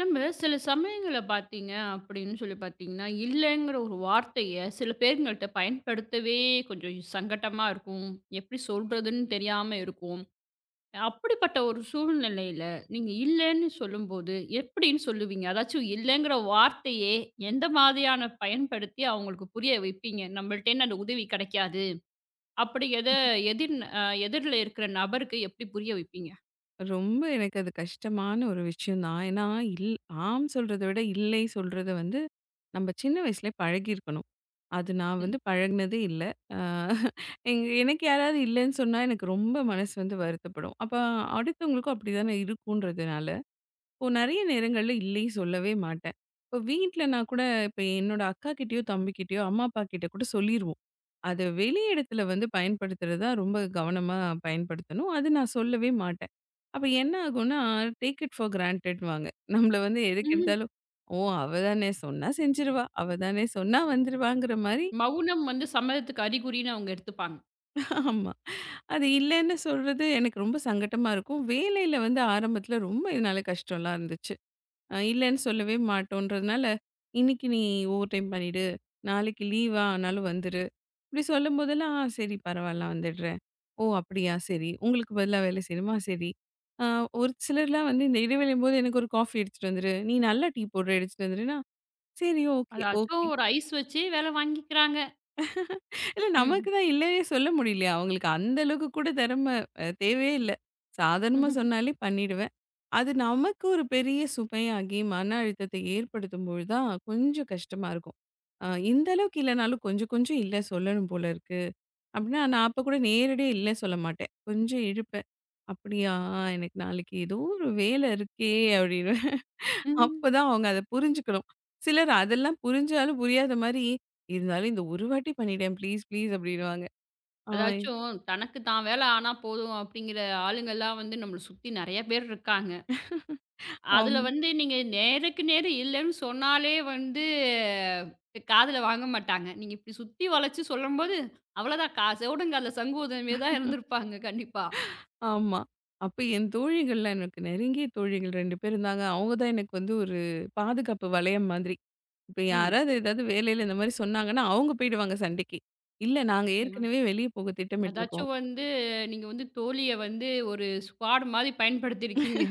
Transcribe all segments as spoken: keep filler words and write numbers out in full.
நம்ம சில சமயங்கள்ல பார்த்தீங்க அப்படின்னு சொல்லி பார்த்தீங்கன்னா, இல்லைங்கிற ஒரு வார்த்தைய சில பேருங்கள்ட்ட பயன்படுத்தவே கொஞ்சம் சங்கட்டமா இருக்கும். எப்படி சொல்றதுன்னு தெரியாம இருக்கும். அப்படிப்பட்ட ஒரு சூழ்நிலையில நீங்க இல்லைன்னு சொல்லும்போது எப்படின்னு சொல்லுவீங்க? அதாச்சும் இல்லைங்கிற வார்த்தையே எந்த மாதிரியான பயன்படுத்தி அவங்களுக்கு புரிய வைப்பீங்க? நம்மள்ட்டேருந்து அந்த உதவி கிடைக்காது. அப்படிங்கிறத எதிர் அ எதிர்ல இருக்கிற நபருக்கு எப்படி புரிய வைப்பீங்க? ரொம்ப எனக்கு அது கஷ்டமான ஒரு விஷயம் தான். ஏன்னா, இல் ஆம் சொல்றத விட, இல்லை சொல்றத வந்து நம்ம சின்ன வயசுலயே பழகியிருக்கணும். அது நான் வந்து ம். பழகுனதே இல்ல. அ எங் எனக்கு யாராவது இல்லன்னு சொன்னா, எனக்கு ரொம்ப மனசு வந்து வருத்தப்படும். அப்ப அடுத்தவங்களுக்கும் அப்படிதானே இருக்குன்றதுனால, இப்போ நெறைய நேரங்கள்ல இல்லை சொல்லவே மாட்டேன். இப்போ வீட்ல நான் கூட இப்ப என்னோட அக்காகிட்டயோ, தம்பிகிட்டயோ, அம்மா, அப்பா கிட்ட கூட சொல்லிருவோம். அது வெளி இடத்துல வந்து பயன்படுத்துறதா ரொம்ப கவனமா பயன்படுத்தணும். அது நான் சொல்லவே மாட்டேன். அப்ப என்ன ஆகும்னா, டேக் இட் ஃபார் கிராண்டட்வாங்க. நம்மள வந்து எதுக்கு ம்ஹ்ம். எடுத்தாலும், "ஓ! அவ தானே சொன்னா செஞ்சுருவா. அவ தானே சொன்னா வந்துருவாங்கிற" மாரி. மௌனம் வந்து சம்மதத்துக்கு அறிகுறின்னு அவங்க எடுத்துப்பாங்க. ஆமா. அது இல்லன்னு சொல்றது எனக்கு ரொம்ப சங்கட்டமா இருக்கும். வேலையில வந்து ஆரம்பத்துல ரொம்ப இதனால கஷ்டம்லாம் இருந்துச்சு. அ இல்லன்னு சொல்லவே மாட்டோன்றதுனால, "இன்னைக்கு நீ ஓவர் டைம் பண்ணிடு. நாளைக்கு லீவா ஆனாலும் வந்துரு." இப்படி சொல்லும்போதெல்லாம், "ஆ சரி பரவால்ல நான் வந்துடுறேன்." "ஓ! அப்படியா? சரி. உங்களுக்கு பதிலா வேலை செய்யணுமா? சரி." அ ஒரு சிலர்லாம் வந்து இந்த இடைவேளையும் போது எனக்கு ஒரு காஃபி எடுத்துட்டு வந்துரு. நீ நல்லா டீ போடுற எடுத்துட்டு வந்துருன்னா, "சரி ஓகே, ஓகே." அதாச்சும் ஒரு ஐஸ் வச்சு வேல வாங்கிக்கிறாங்க. இல்ல நமக்கு ம். தான் இல்லைன்னே சொல்ல முடியலையா? அவங்களுக்கு அந்த அளவுக்கு கூட திறமை அ தேவையே இல்ல. சாதாரணமா சொன்னாலே பண்ணிடுவேன். அது நமக்கு ஒரு பெரிய சுமையாகி, மன அழுத்தத்தை ஏற்படுத்தும்போது தான் கொஞ்சம் கஷ்டமா இருக்கும். அ இந்த அளவுக்கு இல்லனாலும் கொஞ்சம் கொஞ்சம் இல்ல சொல்லணும் போல இருக்கு. அப்படின்னா நான் அப்ப கூட நேரடியா இல்ல சொல்ல மாட்டேன். கொஞ்சம் இழுப்பேன். "அப்படியா எனக்கு நாளைக்கு ஏதோ ஒரு வேலை இருக்கே" அப்படின்னு. ம். அப்பதான் அவங்க அத புரிஞ்சுக்கணும். சிலர் அதெல்லாம் புரிஞ்சாலும் புரியாத மாரி, இருந்தாலும் இந்த ஒரு வாட்டி பண்ணிட்டேன் ப்ளீஸ், ப்ளீஸ் அப்டின்னுவாங்க. ஆய் அதாச்சும் தனக்கு தான் வேல ஆனா போதும் அப்படிங்கிற ஆளுங்கலாம் வந்து நம்மள சுத்தி நெறைய பேர் இருக்காங்க. ஆம் அதுல வந்து நீங்க நேருக்கு நேர் இல்லன்னு சொன்னாலே வந்து காதுல வாங்க மாட்டாங்க. நீங்க இப்படி சுத்தி வளைச்சு சொல்லும்போது, அவ்வளோதான் கா செவுடங்கால்ல சங்கு ஊதுனவே தான் இருந்திருப்பாங்க கண்டிப்பா. ஆமா. அப்ப என் தோழிகள்லாம் எனக்கு நெருங்கிய தோழிகள் ரெண்டு பேர் இருந்தாங்க. அவங்க தான் எனக்கு வந்து ஒரு பாதுகாப்பு வளையம் மாதிரி. இப்ப ம். யாராவது ஏதாவது வேலையில இந்த மாரி சொன்னாங்கன்னா, அவங்க போயிடுவாங்க சண்டைக்கு. இல்ல நாங்க புரியும். ஏற்கனவே வெளிய போக திட்டமிட்டுருக்கோம். அதாச்சும் வந்து நீங்க வந்து தோழிய வந்து ஒரு ஸ்குவாட் மாரி பயன்படுத்தியிருக்கீங்க.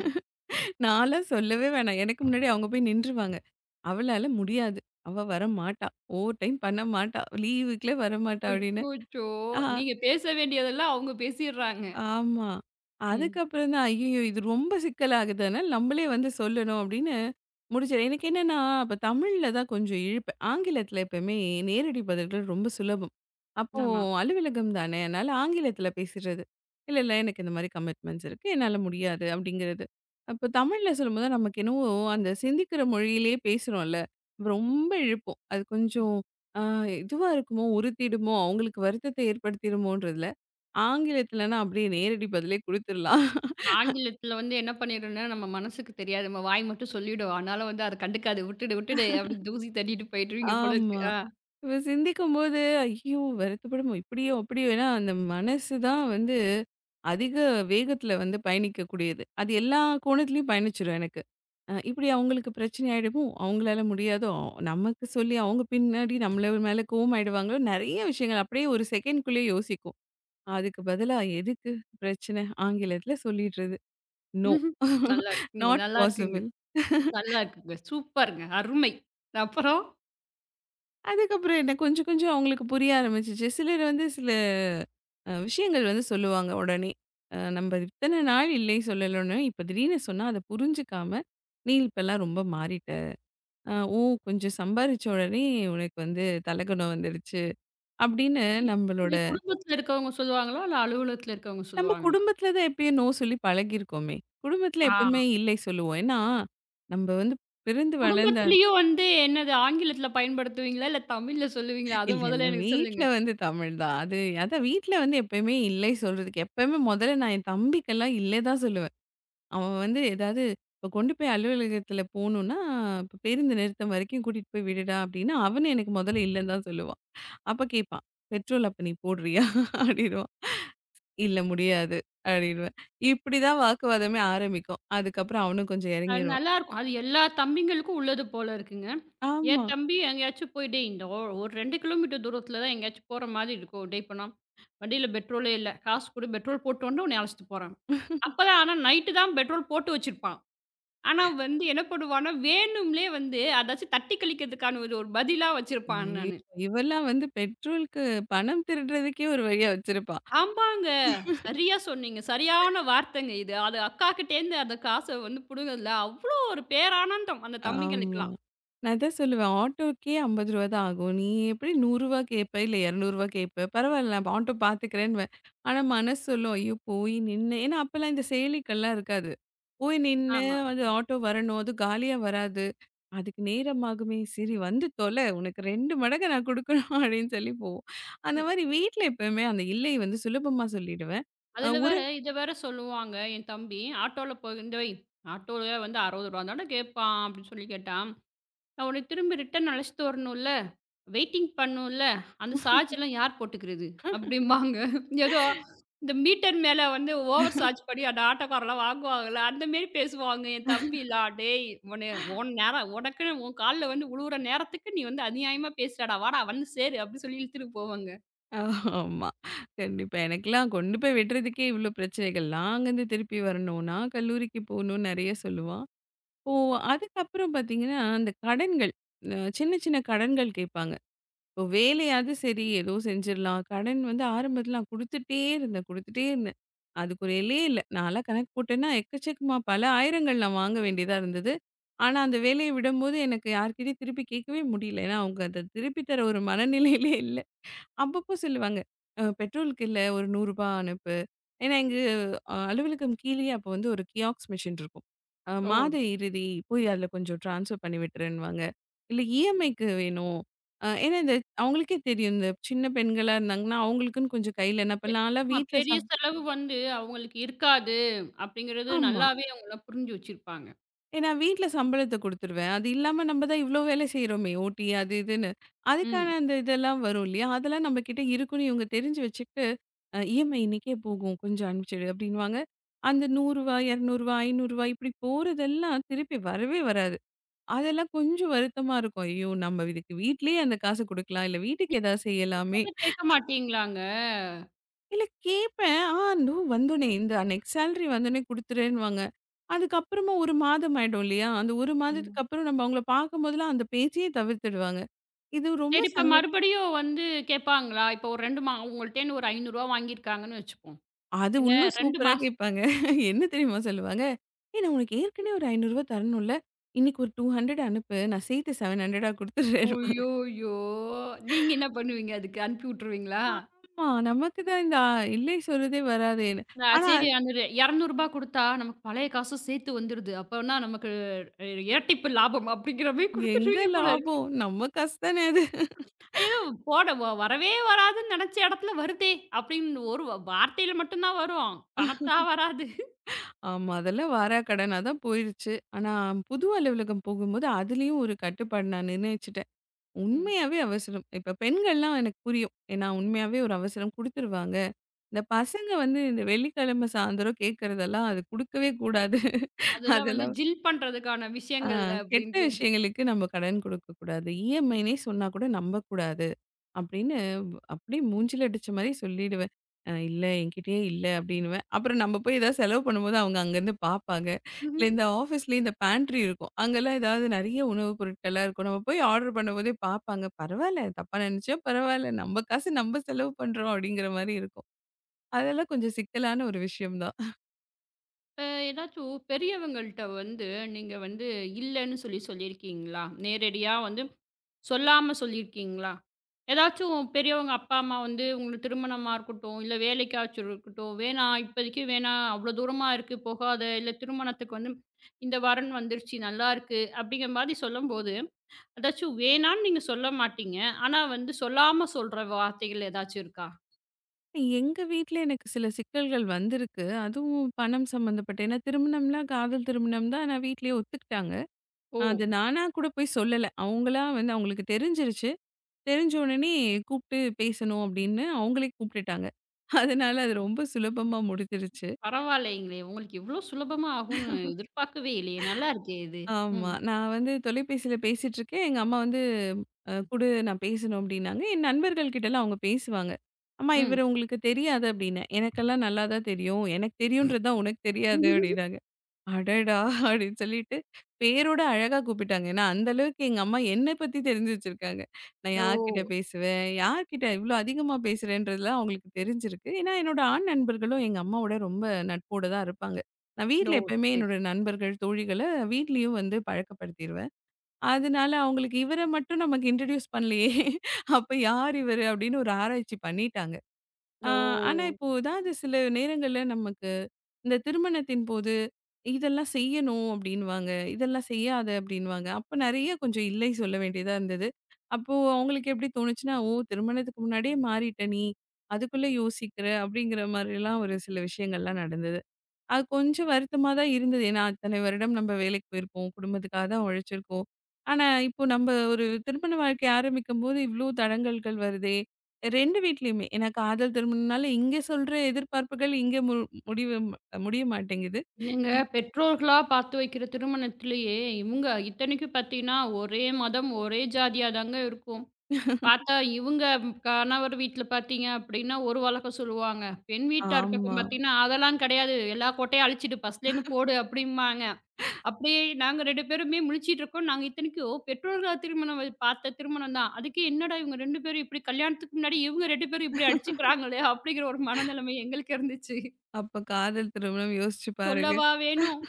நான்லாம் சொல்லவே வேணாம். எனக்கு முன்னாடி அவங்க போய் நின்றுவாங்க. அவளால முடியாது. அவ வரமாட்டா. ஓவர் டைம் பண்ண மாட்டா. லீவுக்குள்ள வரமாட்டா அப்படின்னு. அச்சோச்சோ! ஆ. நீங்க பேச வேண்டியதெல்லாம் அவங்க பேசிர்றாங்க. ஆமா. ம். அதுக்கப்புறம் தான், ஐய்யயோ! இது ரொம்ப சிக்கலாகுது. அதனால நம்மளே வந்து சொல்லணும் அப்படின்னு முடிச்சது. எனக்கு என்னன்னா, அப்ப தமிழ்ல தான் கொஞ்சம் இழுப்பேன். ஆங்கிலத்துல எப்பவுமே நேரடி பதில்கள் ரொம்ப சுலபம். அப்போ ஆமா. அலுவலகம் தானே, அதனால ஆங்கிலத்துல பேசிடுறது. "இல்ல, இல்ல எனக்கு இந்த மாதிரி கமிட்மெண்ட்ஸ் இருக்கு. என்னால முடியாது" அப்படிங்கிறது. அப்போ தமிழ்ல சொல்லும்போது நமக்கு என்னவோ அந்த சிந்திக்கிற மொழியிலேயே பேசுறோம்ல, ரொம்ப இழுப்போம். அது கொஞ்சம் ஆ இதுவா இருக்குமோ, உறுத்திடுமோ, அவங்களுக்கு வருத்தத்தை ஏற்படுத்திடுமோன்றதுல ஆங்கிலத்துலன்னா அப்படியே நேரடி பதிலே குடுத்துறலாம். ஆங்கிலத்தில வந்து என்ன பண்ணிடும்னா, நம்ம மனசுக்கு தெரியாது. நம்ம வாய் மட்டும் சொல்லிடும். ஆனாலும் வந்து அத கண்டுக்காது. விட்டுடு, விட்டுடு அப்படின்னு தூசி தட்டிட்டு போயிட்டுருவீங்க போல இருக்கு. ஆமா. ஆ. இப்ப சிந்திக்கும்போது, ஐயோ! வருத்தப்படுமோ! இப்படியோ, அப்படியோ! ஏன்னா அந்த மனசு தான் வந்து அதிக வேகத்துல வந்து பயணிக்கக்கூடியது. அது எல்லா கோணத்துலயும் பயணிச்சுரும் எனக்கு. அ இப்படி அவங்களுக்கு பிரச்சனை ஆயிடுமோ! அவங்களால முடியாதோ! அவ- நமக்கு சொல்லி அவங்க பின்னாடி நம்மள மேல கோவம் ஆயிடுவாங்களோ! நெறைய விஷயங்கள் அப்படியே ஒரு செகண்ட்குள்ளேயே யோசிக்கும். அதுக்கு பதிலா எதுக்கு பிரச்சனை? ஆங்கிலத்துல சொல்லிடுறது. நோ. நல்லா இருக்குங்க, நாட் நல்லா இருக்குங்க, பாசிபிள். நல்லா இருக்குங்க. சூப்பருங்க. அருமை. அப்புறம்? அதுக்கப்புறம் என்ன கொஞ்சம் கொஞ்சம் அவங்களுக்கு புரிய ஆரம்பிச்சுச்சு. சிலர் வந்து சில அ விஷயங்கள் வந்து சொல்லுவாங்க உடனே. அ நம்ம இத்தன நாள் இல்லை சொல்லலன்னு, இப்ப திடீர்னு சொன்னா அத புரிஞ்சுக்காம, "நீ இப்பலாம் ரொம்ப மாறிட்ட. அ ஓ கொஞ்சம் சம்பாரிச்ச உடனே உனக்கு வந்து தலகுணம் வந்துருச்சு." அப்படின்னு நம்மளோட இது குடும்பத்தில இருக்கவங்க சொல்லுவாங்களா? இல்ல அலுவலகத்தில இருக்கவங்க நம்ம சொல்லுவாங்களா? குடும்பத்தில தான் எப்பயும் நோ சொல்லி பழகியிருக்கோமே. குடும்பத்தில ஆ. எப்பயுமே இல்லை சொல்லுவோம். ஏன்னா, நம்ம வந்து பிறந்து வளர்ந்த குடும்பத்திலயும் வந்து என்னது ஆங்கிலத்தில பயன்படுத்துவீங்களா? இல்ல தமிழ்ல சொல்லுவீங்களா? இல்ல, அத இல்ல. முதல்ல எனக்கு வீட்ல சொல்லுங்க. வந்து தமிழ் தான். அது அதான் வீட்ல வந்து எப்பயுமே இல்லை சொல்றதுக்கு எப்பயுமே மொதல்ல நான் என் தம்பிக்கெல்லாம் இல்லை தான் சொல்லுவேன். அவன் வந்து ஏதாவது இப்போ கொண்டு போய் அலுவலகத்தில போணும்னா, இப்போ பேருந்து நிறுத்தம் வரைக்கும் கூட்டிட்டு போய் விடுடா அப்டின்னா, அவனே எனக்கு மொதல்ல இல்லன்னு தான் சொல்லுவான். அப்ப கேட்பான். பெட்ரோல் அப்ப நீ போடுறியா? அப்டின்னுவான். இல்ல முடியாது அப்டின்னுவேன். இப்படிதான் வாக்குவாதமே ஆரம்பிக்கும். அதுக்கப்புறம் அவனும் கொஞ்சம் அது இறங்கிருவான். நல்லாருக்கும். அது எல்லா தம்பிங்களுக்கும் உள்ளது போல இருக்குங்க. ஆமா. என் தம்பி எங்கேயாச்சும் போய் டேய் இந்த ஒ ஒரு இரண்டு கிலோமீட்டர் தூரத்தில தான் எங்கேயாச்சும் போற மாதிரி இருக்கும். டேய் இப்ப நான் வண்டியில பெட்ரோலே இல்ல. காசு குடு பெட்ரோல் போட்டு வந்து உன்னைய அழைச்சுட்டு போறேன். அப்பதான் ஆனா நைட்டு தான் பெட்ரோல் போட்டு வச்சிருப்பான். ஆனா வந்து என்ன பண்ணுவான்னா, வேணும்லே வந்து அதாச்சும் தட்டி கழிக்கிறதுக்கான ஒரு ஒரு பதிலா வச்சிருப்பான் ஐயே, அண்ணனு. இவெல்லாம் வந்து பெட்ரோலுக்கு பணம் திருடுறதுக்கே ஒரு வழியா வச்சிருப்பான். ஆமாங்க. சரியா சொன்னீங்க. சரியான வார்த்தைங்க இது. அது அக்காகிட்டேருந்து அந்த காச வந்து புடுங்குனதுல அவ்ளோ ஒரு பேரானந்தம் அந்த ஆமா. தம்பிங்களுக்கெல்லாம். நான் அதான் சொல்லுவேன். ஆட்டோக்கே ரூ. ஐம்பது ரூபாய் தான் ஆகும். நீ எப்படி ரூ. நூறு ரூபாய் கேட்ப, இல்ல ரூ. இருநூறு ரூபாய் கேட்ப. பரவாயில்ல நான் ஆட்டோ பார்த்துக்கிறேன்னுவேன். ஆனா மனசு சொல்லும், ஐயோ! போய் நின்னு ஏன்னா அப்பலாம் இந்த செயலிகள்லாம் இருக்காது. போய் நின்னு ஆமா. அது ம். ஆட்டோ வரணும். அதுவும் காலியா வராது. அதுக்கு நேரமாகுமே. சரி வந்து தொல. உனக்கு ரெண்டு மடங்கு நான் குடுக்கணும் அப்படின்னு சொல்லி போவோம். அந்த மாரி வீட்ல எப்பவுமே அந்த இல்லை வந்து சுலபமா சொல்லிடுவேன். அ அதில ஒரு வேற இத வேற சொல்லுவாங்க என் தம்பி, "ஆட்டோல போ இந்த வை ஆட்டோல வந்து அறுபது ரூபாய் தானே கேட்பான்." அப்படின்னு சொல்லி கேட்டான். "நான் உன்னை திரும்பி ரிட்டர்ன் அழைச்சிட்டு வரணும்ல, வெயிட்டிங் பண்ணும்ல, அந்த சார்ஜ்லாம் யார் போட்டுக்கிறது?" அப்படிம்பாங்க. ஏதோ இந்த மீட்டர் மேல வந்து ஓவர் சார்ஜ் பண்ணி அந்த ஆட்டோக்காரர்லாம் வாங்குவாங்கல்ல, அந்த மாரி பேசுவாங்க என் தம்பிலாம். "டேய் உன்னை உன் நேரம் உனக்குன்னு உன் கால்ல வந்து விழுவுற நேரத்துக்கு நீ வந்து அநியாயமா பேசுறடா, வாடா வந்து சேரு." அப்படின்னு சொல்லி இழுத்துட்டு போவாங்க. ஆமா. கண்டிப்பா. எனக்கெல்லாம் கொண்டு போய் விடுறதுக்கே இவ்ளோ பிரச்சனைகள். நான் அங்கருந்து திருப்பி வரணும், நான் கல்லூரிக்கு போணும் நெறைய சொல்லுவான். இப்போ அதுக்கப்புறம் பார்த்தீங்கன்னா, அந்த கடன்கள் அ சின்ன சின்ன கடன்கள் கேட்பாங்க. இப்போ வேலையாவது சரி ஏதோ செஞ்சிடலாம். கடன் வந்து ஆரம்பத்துல நான் குடுத்துட்டே இருந்தேன், குடுத்துட்டே இருந்தேன். அதுக்கு ஒரு எல்லையே இல்ல. நான்லாம் கணக்கு போட்டேன்னா எக்கச்சக்கமா பல ஆயிரங்கள் நான் வாங்க வேண்டியதா இருந்தது. ஆனா, அந்த வேலைய விடும்போது எனக்கு யார்கிட்டயும் திருப்பி கேட்கவே முடியல. ஏன்னா, அவங்க அத திருப்பி தர ஒரு மனநிலையிலே இல்ல. அப்பப்போ சொல்லுவாங்க. அ பெட்ரோலுக்கு இல்ல ஒரு ரூ. நூறு ரூபாய் அனுப்பு. ஏன்னா எங்க அ அலுவலகம் கீழயே அப்போ வந்து ஒரு கியாக்ஸ் மிஷின் இருக்கும். அ ஓ! மாத இறுதி போய் அதில கொஞ்சம் ட்ரான்ஸ்ஃபர் பண்ணி விட்டுருன்னுவாங்க. இல்ல இஎம்ஐக்கு வேணும். அ ஏன்னா இந்த அவங்களுக்கே தெரியும். இந்த சின்ன பெண்களா இருந்தாங்கன்னா, அவங்களுக்குன்னு கொஞ்சம் கையில என்ன எ பண்ணலாம் நான்லாம் ஆமா. வீட்ல சா பெரிய செலவு வந்து அவங்களுக்கு இருக்காது அப்படிங்கிறது ஆமா. நல்லாவே அவங்கலாம் புரிஞ்சு வச்சிருப்பாங்க. ஏன்னா வீட்ல சம்பளத்த குடுத்துருவேன். அது இல்லாம நம்ம தான் இவ்ளோ வேலை செய்றோமே! ஓடி அது இதுன்னு. அதுக்கான ம். அந்த இதெல்லாம் வரும் இல்லையா? அதெல்லாம் நம்மகிட்ட இருக்குன்னு இவங்க தெரிஞ்சு வச்சுக்கிட்டு, அ இஎம்ஐ இன்னைக்கே போகும். கொஞ்சம் அனுப்பிச்சுடு அப்டின்னுவாங்க. அந்த ரூ. நூறு ரூபாய் ரூ. இருநூறு ரூபாய் ரூ. ஐநூறு ரூபாய் இப்டி போறதெல்லாம் திருப்பி வரவே வராது. அதெல்லாம் கொஞ்சம் வருத்தமா இருக்கும். ஐயோ! நம்ம இதுக்கு வீட்லயே அந்த காச குடுக்கலாம். இல்ல வீட்டுக்கு ஏதாவது திருப்பி செய்யலாமே! கூட கேட்க மாட்டீங்களாங்க? இல்ல கேட்பேன். ஆ இதோ வந்தோனே இந்த அன்னைக்கு சேலரி வந்தோனே குடுத்துறேன்னுவாங்க. அதுக்கப்புறமா ஒரு மாதம் ஆயிடும் இல்லையா? அந்த ஒரு ம். மாதத்துக்கு அப்புறம் நம்ம அவங்கள பார்க்கும்போதெல்லாம் அந்த பேச்சையே தவிர்த்துடுவாங்க. இது ரொம்ப சரி இப்ப சங்க மறுபடியும் வந்து கேட்பாங்களா? இப்போ ஒரு இரண்டு மா உங்கள்ட்டேருந்து ஒரு ஐநூறு ரூபாய் வாங்கியிருக்காங்கன்னு வச்சுப்போம். அது என்ன இன்னும் இரண்டு சூப்பரா மாசம் கேட்பாங்க. என்ன தெரியுமா சொல்லுவாங்க? "ஏய் நான் உனக்கு ஏற்கனவே ஒரு ரூ. ஐநூறு ரூபாய் தரணும்ல, இன்னைக்கு ஒரு இருநூறு அனுப்பு. நான் சேர்த்து எழுநூறா குடுத்துடுறேன்." அய்யய்யோ! நீங்க என்ன பண்ணுவீங்க? அதுக்கு அனுப்பி விட்டுருவீங்களா? ஆமா. நமக்கு தான் இந்த அ இல்லை சொல்றதே வராதேன்னு. அ ஆனா சரி அந்த இருநூறு ரூபாய் குடுத்தா நமக்கு பழைய காசும் சேர்த்து வந்துருது. அப்பன்னா நமக்கு இ இரட்டிப்பு லாபம் அப்படிங்கிற மாரி எங்க குடுத்துருவீங்க போல இருக்கு. லாபம்? நம்ம காசு தானே அது. ஐயோ! போட வ வரவே வராதுன்னு நெனச்ச இடத்துல வருதே! அப்படின்னு ஒரு வார்த்தையில மட்டும் தான் வரும். பணத்தா வராது. ஆமா. அதெல்லாம் வாராக்கடனா தான் போயிருச்சு. ஆனா புது அலுவலகம் போகும்போது அதுலயும் ஒரு கட்டுப்பாடு நான் நிர்ணயிச்சுட்டேன். ம். உண்மையாவே அவசரம். இப்ப பெண்கள்லாம் எனக்கு புரியும். ஏன்னா உண்மையாவே ஒரு அவசரம் குடுத்துருவாங்க. இந்த பசங்க வந்து இந்த வெள்ளிக்கிழமை சாயந்தரம் கேட்கறதெல்லாம் அது குடுக்கவே கூடாது. அதெல்லாம் வந்து அதெல்லாம் ஜில் பண்றதுக்கான ஆ விஷயங்கள் கெட்ட அப்படின்ட்டு. விஷயங்களுக்கு நம்ம கடன் குடுக்கக்கூடாது. இஎம்ஐன்னே சொன்னா கூட நம்பக்கூடாது. அப்படின்னு அப்படியே மூஞ்சில அடிச்ச மாரி சொல்லிடுவேன். அ இல்ல என்கிட்டயே இல்ல அப்படின்னுவேன். அப்புறம் நம்ம போய் ஏதாவது செலவு பண்ணும்போது அவங்க அங்கருந்து பார்ப்பாங்க. இல்ல ம்ஹ்ம். இந்த ஆஃபீஸ்லயே இந்த பேண்ட்ரி இருக்கும். அங்கலாம் ஏதாவது நெறைய உணவுப் பொருட்கள்லாம் இருக்கும். நம்ம போய் ஆர்டர் பண்ணும்போதே பார்ப்பாங்க. பரவால்ல தப்பா நெனச்சா பரவால்ல. நம்ம காசு நம்ம செலவு பண்றோம் அப்படிங்கிற மாரி இருக்கும். அதெல்லாம் கொஞ்சம் சிக்கலான ஒரு விஷயம் தான். இப்ப ஏதாச்சும் பெரியவங்கள்ட்ட வந்து நீங்க வந்து இல்லன்னு சொல்லி சொல்லியிருக்கீங்களா? நேரடியா வந்து சொல்லாம சொல்லியிருக்கீங்களா? ஏதாச்சும் பெரியவங்க அப்பா, அம்மா வந்து உங்களுக்கு திருமணமா இருக்கட்டும், இல்ல வேலைக்காச்சும் இருக்கட்டும், "வேணாம் இப்போதைக்கு வேணாம். அவ்வளோ தூரமா இருக்கு போகாத. இல்ல திருமணத்துக்கு வந்து இந்த வரன் வந்துருச்சு நல்லாயிருக்கு." அப்படிங்கிற மாரி சொல்லும்போது, ஏதாச்சும் வேணான்னு நீங்க சொல்ல மாட்டீங்க. ஆனா வந்து சொல்லாம சொல்ற வார்த்தைகள் ஏதாச்சும் இருக்கா? எங்க வீட்ல எனக்கு சில சிக்கல்கள் வந்திருக்கு. அதுவும் பணம் சம்மந்தப்பட்ட ஏன்னா திருமணம்லாம் காதல் திருமணம் தான். ஆனா வீட்லயே ஒத்துக்கிட்டாங்க. அது "ஓ! நானா கூட போய் சொல்லல. அவங்களா வந்து அவங்களுக்கு தெரிஞ்சிருச்சு. தெரிஞ்ச உடனே கூப்பிட்டு பேசணும் அப்படின்னு அவங்களே கூப்பிட்டுட்டாங்க. அதனால அது ரொம்ப சுலபமா முடிஞ்சிருச்சு. பரவாயில்லைங்களே! உங்களுக்கு இவ்வளோ சுலபமா ஆகும்னு எதிர்பார்க்கவே இல்லையே! நல்லாயிருக்கே இது." ஆமா. ம், நான் வந்து தொலைபேசியில பேசிட்டு இருக்கேன். எங்க அம்மா வந்து அ குடு நான் பேசணும் அப்படின்னாங்க. என் நண்பர்கள் கிட்டலாம் அவங்க பேசுவாங்க. அம்மா ம். இவரு உங்களுக்கு தெரியாது அப்படின்னேன். எனக்கெல்லாம் நல்லா தான் தெரியும். எனக்கு தெரியுன்றது தான் உனக்கு தெரியாது அப்படின்னாங்க. அடடா! அப்படின்னு சொல்லிட்டு, பேரோட அழகா கூப்பிட்டாங்க. ஏன்னா, அந்த அளவுக்கு எங்க அம்மா என்ன பத்தி தெரிஞ்சு வச்சிருக்காங்க. நான் ஓ! யார்கிட்ட பேசுவேன், யார்கிட்ட இவ்ளோ அதிகமா பேசுறேன்றதுலாம் அவங்களுக்கு தெரிஞ்சிருக்கு. ஏன்னா, என்னோட ஆண் நண்பர்களும் எங்க அம்மாவோட ரொம்ப நட்போட தான் இருப்பாங்க. நான் வீட்ல ஓ! எப்பயுமே சரி. என்னோட நண்பர்கள், தோழிகள வீட்லயும் வந்து பழக்கப்படுத்திருவேன். அதனால அவங்களுக்கு இவர மட்டும் நமக்கு இன்ட்ரோடியூஸ் பண்ணலையே, அப்ப யார் இவரு? அப்படின்னு ஒரு ஆராய்ச்சி பண்ணிட்டாங்க. ஆ, ஓ! ஆனா இப்போ ஏதாவது சில நேரங்கள்ல நமக்கு இந்த திருமணத்தின் போது இதெல்லாம் செய்யணும் அப்படின்வாங்க. இதெல்லாம் செய்யாத அப்படின்வாங்க. அப்ப நெறைய கொஞ்சம் இல்லை சொல்ல வேண்டியதா இருந்தது. அப்போ அவங்களுக்கு எப்படி தோணுச்சுன்னா, "ஓ! திருமணத்துக்கு முன்னாடியே மாறிட்ட நீ. அதுக்குள்ள யோசிக்கிற" அப்படிங்கிற மாரிலாம் ஒரு சில விஷயங்கள்லாம் நடந்தது. அது கொஞ்சம் வருத்தமா தான் இருந்தது. ஏன்னா, அத்தனை வருடம் நம்ம வேலைக்கு போயிருக்கோம். குடும்பத்துக்காக தான் உழைச்சிருக்கோம். ஆனா, இப்போ நம்ப ஒரு திருமண வாழ்க்கை ஆரம்பிக்கும்போது இவ்ளோ தடங்கல்கள் வருதே! ரெண்டு வீட்லயுமே. ஏன்னா, காதல் திருமணம்னால இங்க சொல்ற எதிர்பார்ப்புகள் இங்க மு முடிவு முடிய மாட்டேங்குது. நீங்க இ பெற்றோர்களா பார்த்து வைக்கிற திருமணத்திலேயே, இவுங்க இத்தனைக்கும் பார்த்தீங்கன்னா, ஒரே மதம், ஒரே ஜாதியா தாங்க இருக்கும். பார்த்தா இவுங்க கணவர் வீட்ல பார்த்தீங்க அப்டின்னா, ஒரு வழக்கம் சொல்லுவாங்க. பெண் வீட்டார் பக்கம் ஆமா. பார்த்தீங்கன்னா, "அதெல்லாம் கிடையாது. எல்லா கோட்டையும் அழிச்சிடு, ஃபர்ஸ்ட்லேருந்து போடு" அப்டிம்பாங்க. அப்டியே நாங்க இரண்டு பேருமே முழிச்சிட்டு இருக்கோம். நாங்க இத்தனைக்கும் பெற்றோர்களால் திருமணம் வ பார்த்த திருமணம் தான். அதுக்கே என்னடா இவுங்க இரண்டு பேரும் இப்டி கல்யாணத்துக்கு முன்னாடி இவுங்க இரண்டு பேரும் இப்டி அடிச்சுக்கிறாங்களே! அப்டிங்கிற ஒரு மனநிலைமை எங்களுக்கு இருந்துச்சு. அப்ப காதல் திருமணம் யோசிச்சு பாருங்க. சொல்லவா வேணும்?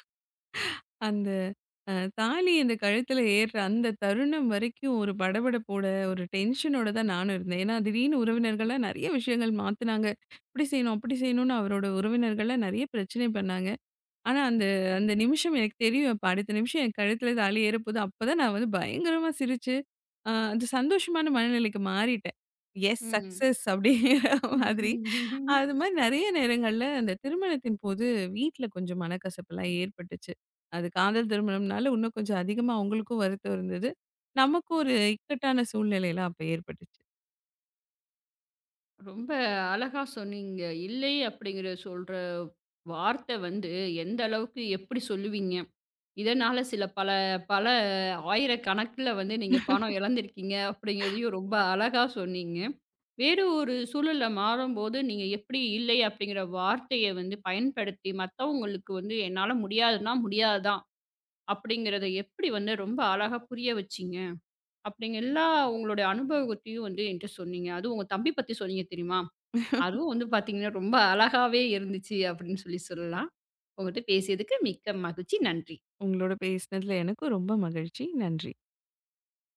அந்த அ தாலி அந்த கழுத்துல ஏறுற அந்த தருணம் வரைக்கும் ஒரு படபடப்போட, ஒரு டென்ஷனோட தான் நானும் இருந்தேன். ஏன்னா, திடீர்னு உறவினர்கள்லாம் நெறைய விஷயங்கள் மாத்துனாங்க. இப்படி செய்யணும், அப்படி செய்யணும்னு அவரோட உறவினர்கள்லாம் நெறைய பிரச்சனை பண்ணாங்க. ஆனா, அந்த அந்த நிமிஷம் எனக்கு தெரியும். இப்ப அடுத்த நிமிஷம் என் கழுத்துல தாலி ஏறப்போது. அப்பதான் நான் வந்து பயங்கரமா சிரிச்சு, அ அந்த சந்தோஷமான மனநிலைக்கு மாறிட்டேன். எஸ் ம். சக்சஸ் அப்படிங்கிற மாதிரி. அது மாரி நெறைய நேரங்கள்ல அந்த திருமணத்தின் போது வீட்ல கொஞ்சம் மனக்கசப்புலாம் ஏற்பட்டுச்சு. அது காதல் திருமணம்னால இன்னும் கொஞ்சம் அதிகமா அவங்களுக்கும் வருத்தம் இருந்தது. நமக்கும் ஒரு இக்கட்டான சூழ்நிலைலாம் அப்ப ஏற்பட்டுச்சு. ரொம்ப அழகா சொன்னீங்க. "இல்லை" அப்படிங்கிற சொல்ற வார்த்தை வந்து எந்த அளவுக்கு எப்படி சொல்லுவீங்க? இதனால சில பல பல ஆயிரக்கணக்குல வந்து நீங்க பணம் இழந்திருக்கீங்க அப்படிங்கிறதையும் ரொம்ப அழகா சொன்னீங்க. வேறு ஒரு சூழல்ல மாறும்போது நீங்க எப்படி "இல்லை" அப்படிங்கிற வார்த்தைய வந்து பயன்படுத்தி மத்தவங்களுக்கு வந்து "என்னால முடியாதுன்னா முடியாதுதான்" அப்படிங்கிறத எப்படி வந்து ரொம்ப அழகா புரிய வச்சீங்க? அப்படிங்க எல்லா உங்களுடைய அனுபவத்தையும் வந்து என்கிட்ட சொன்னீங்க. அதுவும் உங்க தம்பி பத்தி சொன்னீங்க தெரியுமா? அதுவும் வந்து பார்த்தீங்கன்னா, ரொம்ப அழகாவே இருந்துச்சு அப்படின்னு சொல்லி சொல்லலாம். உங்ககிட்ட பேசியதுக்கு மிக்க மகிழ்ச்சி. நன்றி. உங்களோட பேசினதுல எனக்கும் ரொம்ப மகிழ்ச்சி. நன்றி.